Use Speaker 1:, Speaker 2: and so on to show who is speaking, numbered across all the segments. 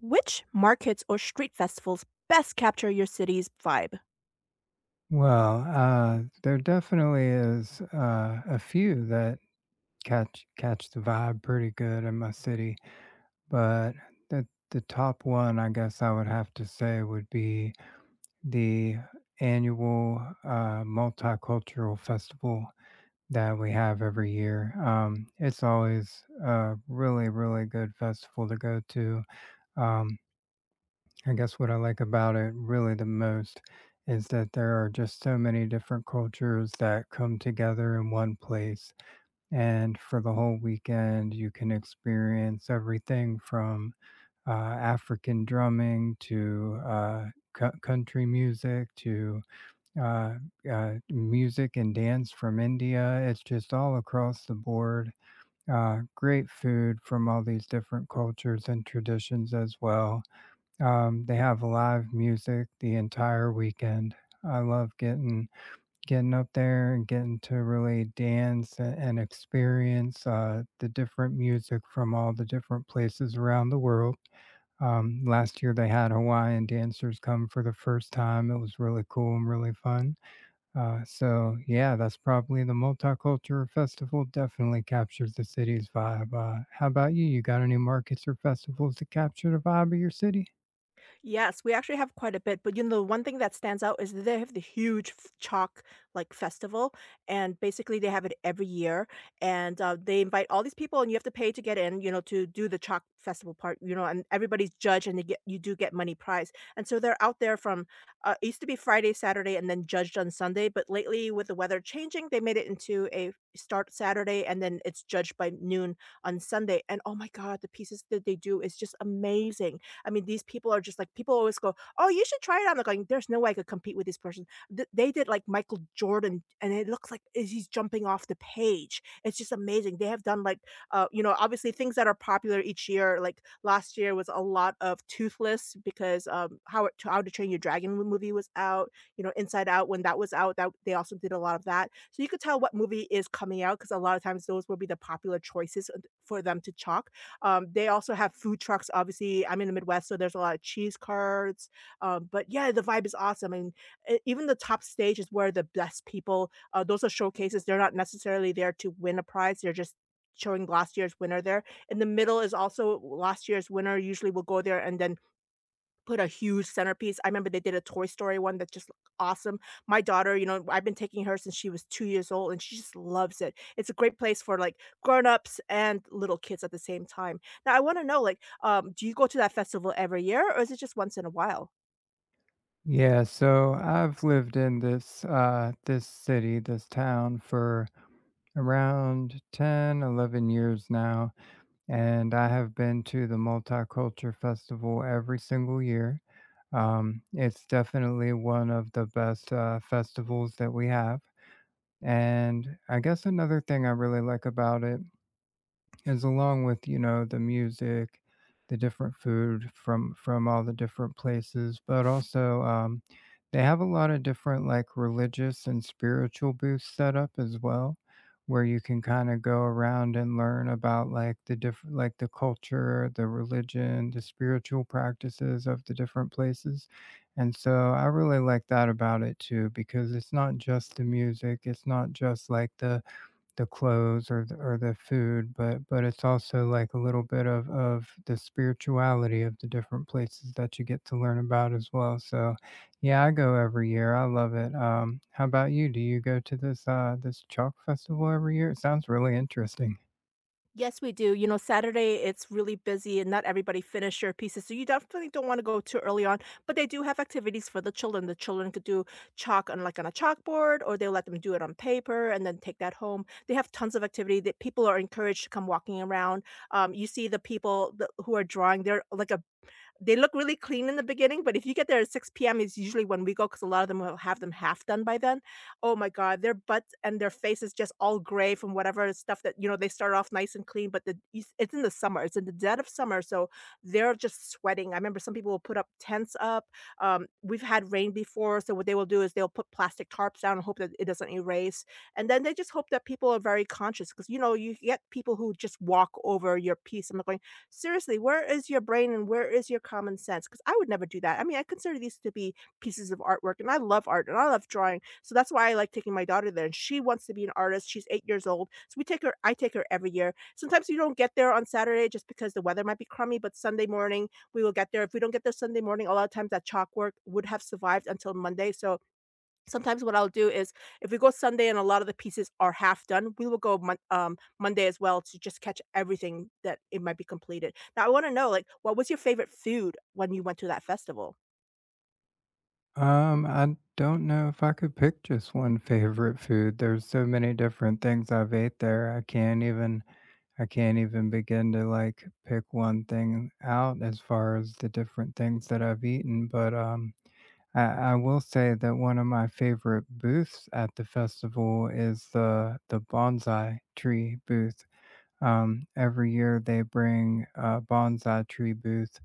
Speaker 1: Which markets or street festivals best capture your city's vibe?
Speaker 2: Well, there definitely is a few that catch the vibe pretty good in my city, but the the top one I guess I would have to say would be the annual multicultural festival that we have every year. It's always a really good festival to go to. Um, I guess what I like about it really the most is that there are just so many different cultures that come together in one place. And for the whole weekend, you can experience everything from African drumming to country music to uh, music and dance from India. It's just all across the board. Great food from all these different cultures and traditions as well. They have live music the entire weekend. I love getting up there and getting to really dance and experience the different music from all the different places around the world. Last year, they had Hawaiian dancers come for the first time. It was really cool and really fun. Yeah, that's probably the multicultural festival. Definitely captures the city's vibe. How about you? You got any markets or festivals that capture the vibe of your city?
Speaker 1: Yes, we actually have quite a bit, but you know, the one thing that stands out is that they have the huge chalk like festival, and basically they have it every year, and they invite all these people, and you have to pay to get in, you know, to do the chalk festival part, you know, and everybody's judged, and they get you do get money prize, and so they're out there from it used to be Friday, Saturday, and then judged on Sunday, but lately with the weather changing, they made it into a start Saturday, and then it's judged by noon on Sunday. And oh my God, the pieces that they do is just amazing. I mean, these people are just like people always go, "Oh, you should try it on." Like, going, there's no way I could compete with this person. They did like Michael Jordan, and it looks like he's jumping off the page. It's just amazing. They have done like, obviously things that are popular each year. Like last year was a lot of Toothless because How to Train Your Dragon movie was out. You know, Inside Out when that was out, that they also did a lot of that. So you could tell what movie is coming out because a lot of times those will be the popular choices for them to chalk. They also have food trucks. Obviously, I'm in the Midwest, so there's a lot of cheese carts, but yeah, the vibe is awesome. And e even the top stage is where the best people those are showcases, they're not necessarily there to win a prize, they're just showing last year's winner there. In the middle is also last year's winner usually will go there and then put a huge centerpiece. I remember they did a Toy Story one that just looked awesome. My daughter, you know, I've been taking her since she was 2 years old, and she just loves it. It's a great place for, like, grown-ups and little kids at the same time. Now I wanna know, like, do you go to that festival every year, or is it just once in a while?
Speaker 2: Yeah, so I've lived in this this city, this town for around 10, 11 years now, and I have been to the Multicultural Festival every single year. It's definitely one of the best festivals that we have. And I guess another thing I really like about it is along with, you know, the music, the different food from all the different places, but also, they have a lot of different, like, religious and spiritual booths set up as well, where you can kinda go around and learn about, like, the different like, the culture, the religion, the spiritual practices of the different places, and so I really like that about it too because it's not just the music, it's not just, like, the clothes or the food, but it's also like a little bit of the spirituality of the different places that you get to learn about as well. So, yeah, I go every year. I love it. How about you? Do you go to this this chalk festival every year? It sounds really interesting.
Speaker 1: Yes, we do. You know, Saturday, it's really busy and not everybody finish their pieces. So you definitely don't want to go too early on. But they do have activities for the children. The children could do chalk on like on a chalkboard, or they let them do it on paper and then take that home. They have tons of activity that people are encouraged to come walking around. You see the people who are drawing, they're like a they look really clean in the beginning, but if you get there at 6 p.m. is usually when we go because a lot of them will have them half done by then. Oh my God, their butts and their face is just all gray from whatever stuff that, you know, they start off nice and clean, but the it's in the summer, it's in the dead of summer, so they're just sweating. I remember some people will put up tents up. We've had rain before, so what they will do is they'll put plastic tarps down and hope that it doesn't erase, and then they just hope that people are very conscious because, you know, you get people who just walk over your piece. I'm like going, seriously, where is your brain and where is your common sense? Because I would never do that. I mean, I consider these to be pieces of artwork, and I love art and I love drawing. So that's why I like taking my daughter there. And she wants to be an artist. She's 8 years old. So we take her, I take her every year. Sometimes we don't get there on Saturday just because the weather might be crummy, but Sunday morning we will get there. If we don't get there Sunday morning, a lot of times that chalk work would have survived until Monday. So sometimes what I'll do is if we go Sunday and a lot of the pieces are half done, we will go Monday as well to just catch everything that it might be completed. Now I wanna know, like, what was your favorite food when you went to that festival?
Speaker 2: I don't know if I could pick just one favorite food. There's so many different things I've ate there. I can't even begin to like pick one thing out as far as the different things that I've eaten. But I will say that one of my favorite booths at the festival is the bonsai tree booth. Every year they bring a bonsai tree booth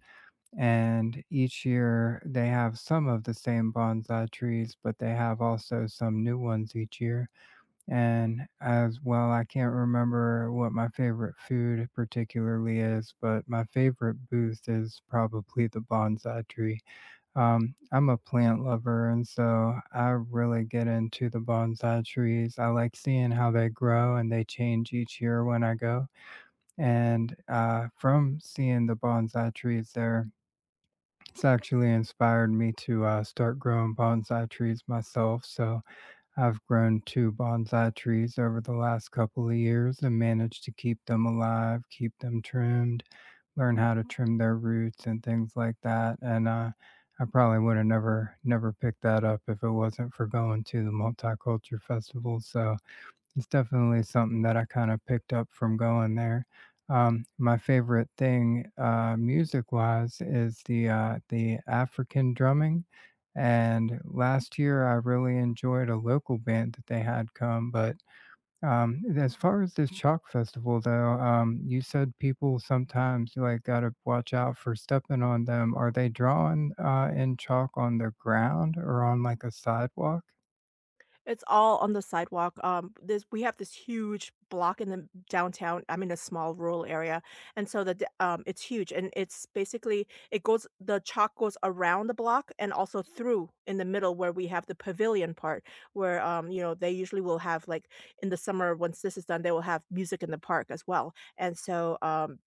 Speaker 2: and each year they have some of the same bonsai trees, but they have also some new ones each year. And as well, I can't remember what my favorite food particularly is, but my favorite booth is probably the bonsai tree. I'm a plant lover, and so I really get into the bonsai trees. I like seeing how they grow and they change each year when I go. And from seeing the bonsai trees there, it's actually inspired me to start growing bonsai trees myself. So I've grown two bonsai trees over the last couple of years and managed to keep them alive, keep them trimmed, learn how to trim their roots and things like that. And I probably would have never picked that up if it wasn't for going to the multicultural festival. So it's definitely something that I kind of picked up from going there. My favorite thing, music-wise, is the African drumming. And last year, I really enjoyed a local band that they had come. But as far as this chalk festival, though, you said people sometimes like gotta watch out for stepping on them. Are they drawing in chalk on the ground or on like a sidewalk?
Speaker 1: It's all on the sidewalk. This We have this huge block in the downtown. I'm in a small rural area, and so the d it's huge, and it's basically it goes the chalk goes around the block and also through in the middle where we have the pavilion part where, you know, they usually will have, like, in the summer, once this is done, they will have music in the park as well. And so,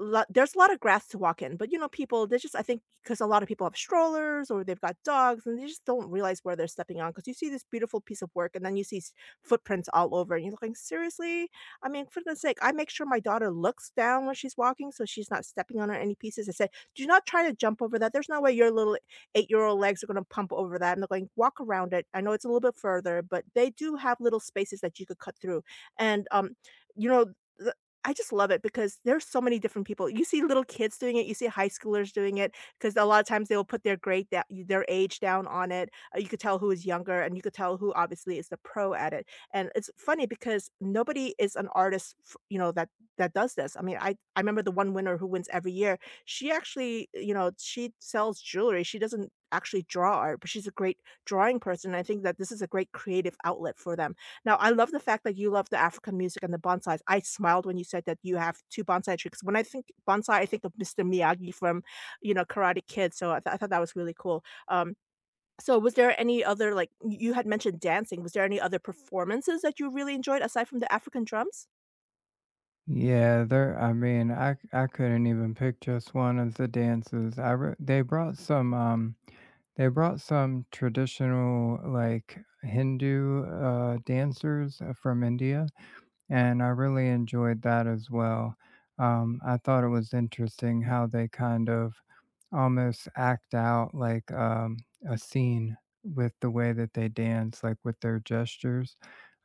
Speaker 1: lot there's a lot of grass to walk in, but, you know, people, they just I think because a lot of people have strollers or they've got dogs and they just don't realize where they're stepping on. Because you see this beautiful piece of work, and then you see s footprints all over and you're looking, "Seriously?" I mean, for goodness sake, I make sure my daughter looks down when she's walking so she's not stepping on any pieces. I say, "Do not try to jump over that. There's no way your little eight-year-old legs are gonna pump over that." And they're going, "Walk around it. I know it's a little bit further," but they do have little spaces that you could cut through. And, you know, I just love it because there's so many different people. You see little kids doing it, you see high schoolers doing it because a lot of times they will put their grade that their age down on it. You could tell who is younger and you could tell who obviously is the pro at it. And it's funny because nobody is an artist, f you know, that that does this. I mean, I remember the one winner who wins every year. She actually, you know, she sells jewelry. She doesn't actually draw art, but she's a great drawing person. I think that this is a great creative outlet for them. Now, I love the fact that you love the African music and the bonsais. I smiled when you said that you have 2 bonsai trees. 'Cause when I think bonsai, I think of Mr. Miyagi from, you know, Karate Kid, so I thought that was really cool. So was there any other, like you had mentioned dancing. Was there any other performances that you really enjoyed aside from the African drums?
Speaker 2: Yeah, there. I couldn't even pick just one of the dances. They brought some they brought some traditional like Hindu dancers from India, and I really enjoyed that as well. I thought it was interesting how they kind of almost act out like a scene with the way that they dance, like with their gestures,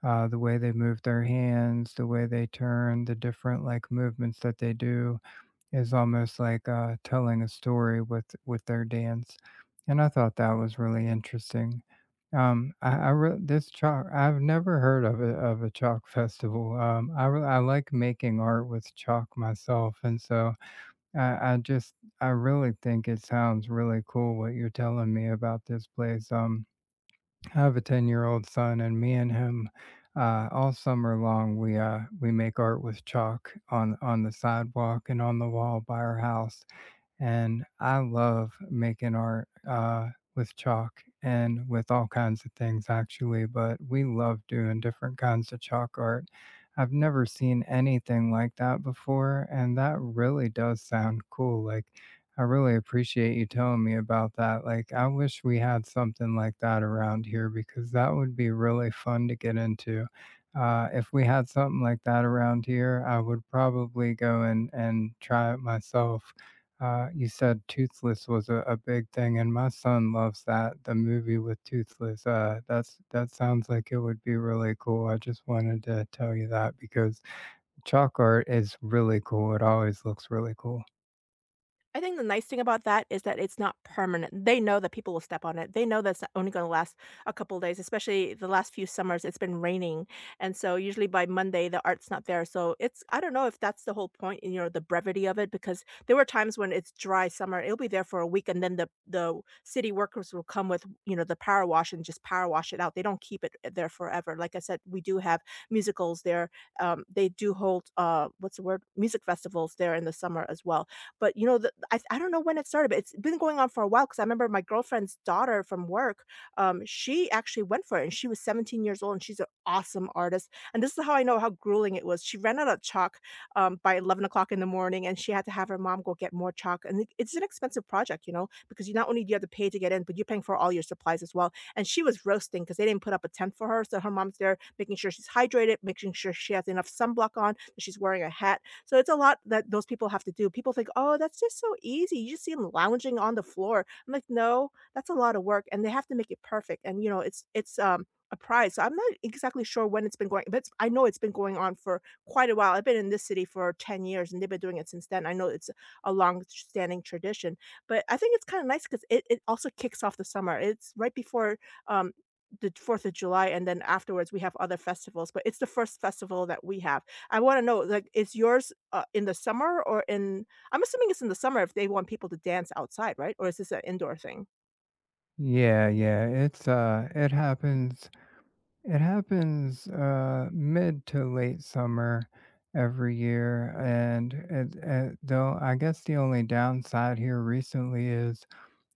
Speaker 2: the way they move their hands, the way they turn, the different like movements that they do is almost like, telling a story with their dance, and I thought that was really interesting. I re this chalk I've never heard of a chalk festival, I like making art with chalk myself, and so I I just I really think it sounds really cool what you're telling me about this place. I have a 10-year-old son, and me and him, all summer long, we make art with chalk on the sidewalk and on the wall by our house, and I love making art, with chalk and with all kinds of things, actually, but we love doing different kinds of chalk art. I've never seen anything like that before, and that really does sound cool, like, I really appreciate you telling me about that, like, I wish we had something like that around here because that would be really fun to get into. If we had something like that around here, I would probably go and try it myself. You said Toothless was a big thing, and my son loves that the movie with Toothless. That's that sounds like it would be really cool. I just wanted to tell you that because chalk art is really cool. It always looks really cool.
Speaker 1: I think the nice thing about that is that it's not permanent. They know that people will step on it. They know that's only going to last a couple days, especially the last few summers. It's been raining, and so usually by Monday the art's not there. So it's I don't know if that's the whole point, you know, the brevity of it. Because there were times when it's dry summer, it'll be there for a week, and then the city workers will come with you know the power wash and just power wash it out. They don't keep it there forever. Like I said, we do have musicals there. They do hold what's the word music festivals there in the summer as well. But, you know, the I don't know when it started, but it's been going on for a while. Because I remember my girlfriend's daughter from work, she actually went for it, and she was 17 years old, and she's an awesome artist, and this is how I know how grueling it was. She ran out of chalk, by 11 o'clock in the morning, and she had to have her mom go get more chalk, and it's an expensive project, you know, because you not only do you have to pay to get in, but you're paying for all your supplies as well, and she was roasting because they didn't put up a tent for her, so her mom's there making sure she's hydrated, making sure she has enough sunblock on, that she's wearing a hat, so it's a lot that those people have to do. People think, "Oh, that's just so easy. You just see them lounging on the floor." I'm like, "No, that's a lot of work, and they have to make it perfect." And, you know, it's a prize. So I'm not exactly sure when it's been going, but it's I know it's been going on for quite a while. I've been in this city for 10 years, and they've been doing it since then. I know it's a long-standing tradition, but I think it's kinda nice because it also kicks off the summer. It's right before, um, the 4th of July, and then afterwards, we have other festivals, but it's the first festival that we have. I wanna know, like, is yours, in the summer or in I'm assuming it's in the summer if they want people to dance outside, right? Or is this an indoor thing?
Speaker 2: Yeah, yeah. It's it happens. It happens mid to late summer every year, and though I guess the only downside here recently is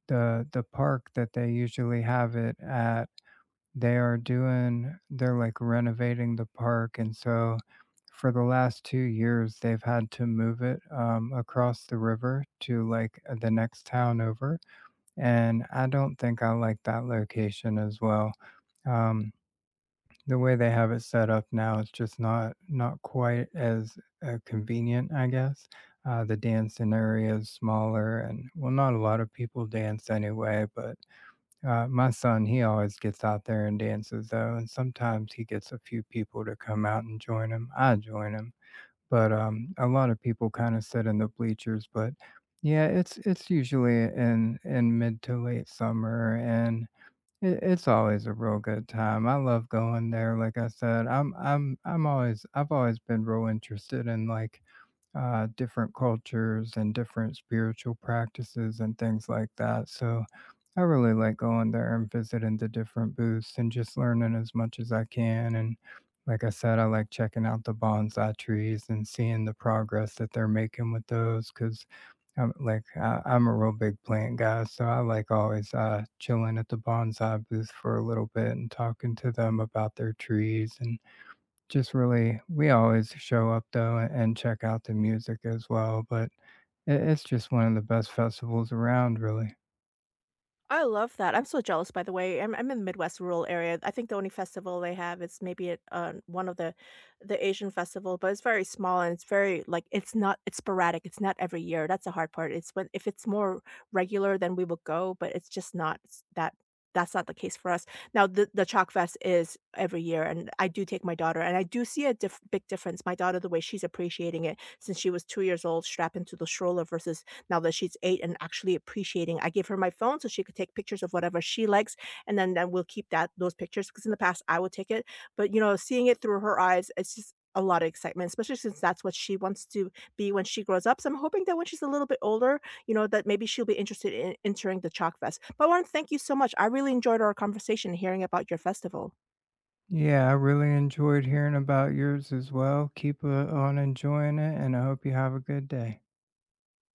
Speaker 2: the park that they usually have it at. They are doing they're, like, renovating the park, and so for the last 2 years, they've had to move it, across the river to, like, the next town over, and I don't think I like that location as well. Um, the way they have it set up now is just not quite as, convenient, I guess. The dancing area is smaller and well, not a lot of people dance anyway, but my son, he always gets out there and dances though, and sometimes he gets a few people to come out and join him. I join him, but a lot of people kind of sit in the bleachers. But yeah, it's usually in mid to late summer, and it's always a real good time. I love going there. Like I said, I've always been real interested in like different cultures and different spiritual practices and things like that. So I really like going there and visiting the different booths and just learning as much as I can. And like I said, I like checking out the bonsai trees and seeing the progress that they're making with those because. I'm like I'm a real big plant guy, so I like always chilling at the bonsai booth for a little bit and talking to them about their trees and just really we always show up though and check out the music as well, but I it's just one of the best festivals around, really.
Speaker 1: I love that. I'm so jealous, by the way. I'm in the Midwest rural area. I think the only festival they have is maybe at one of the Asian festival, but it's very small and it's very like it's not it's sporadic. It's not every year. That's the hard part. It's when if it's more regular, then we will go, but it's just not that. That's not the case for us. Now the Chalk Fest is every year, and I do take my daughter, and I do see a big difference. My daughter, the way she's appreciating it since she was 2 years old, strapped into the stroller versus now that she's 8 and actually appreciating. I give her my phone so she could take pictures of whatever she likes, and then we'll keep that those pictures because in the past, I would take it, but, you know, seeing it through her eyes, it's just a lot of excitement, especially since that's what she wants to be when she grows up, so I'm hoping that when she's a little bit older, you know, that maybe she'll be interested in entering the Chalk Fest. But I wanna thank you so much. I really enjoyed our conversation hearing about your festival.
Speaker 2: Yeah, I really enjoyed hearing about yours as well. Keep, on enjoying it, and I hope you have a good day.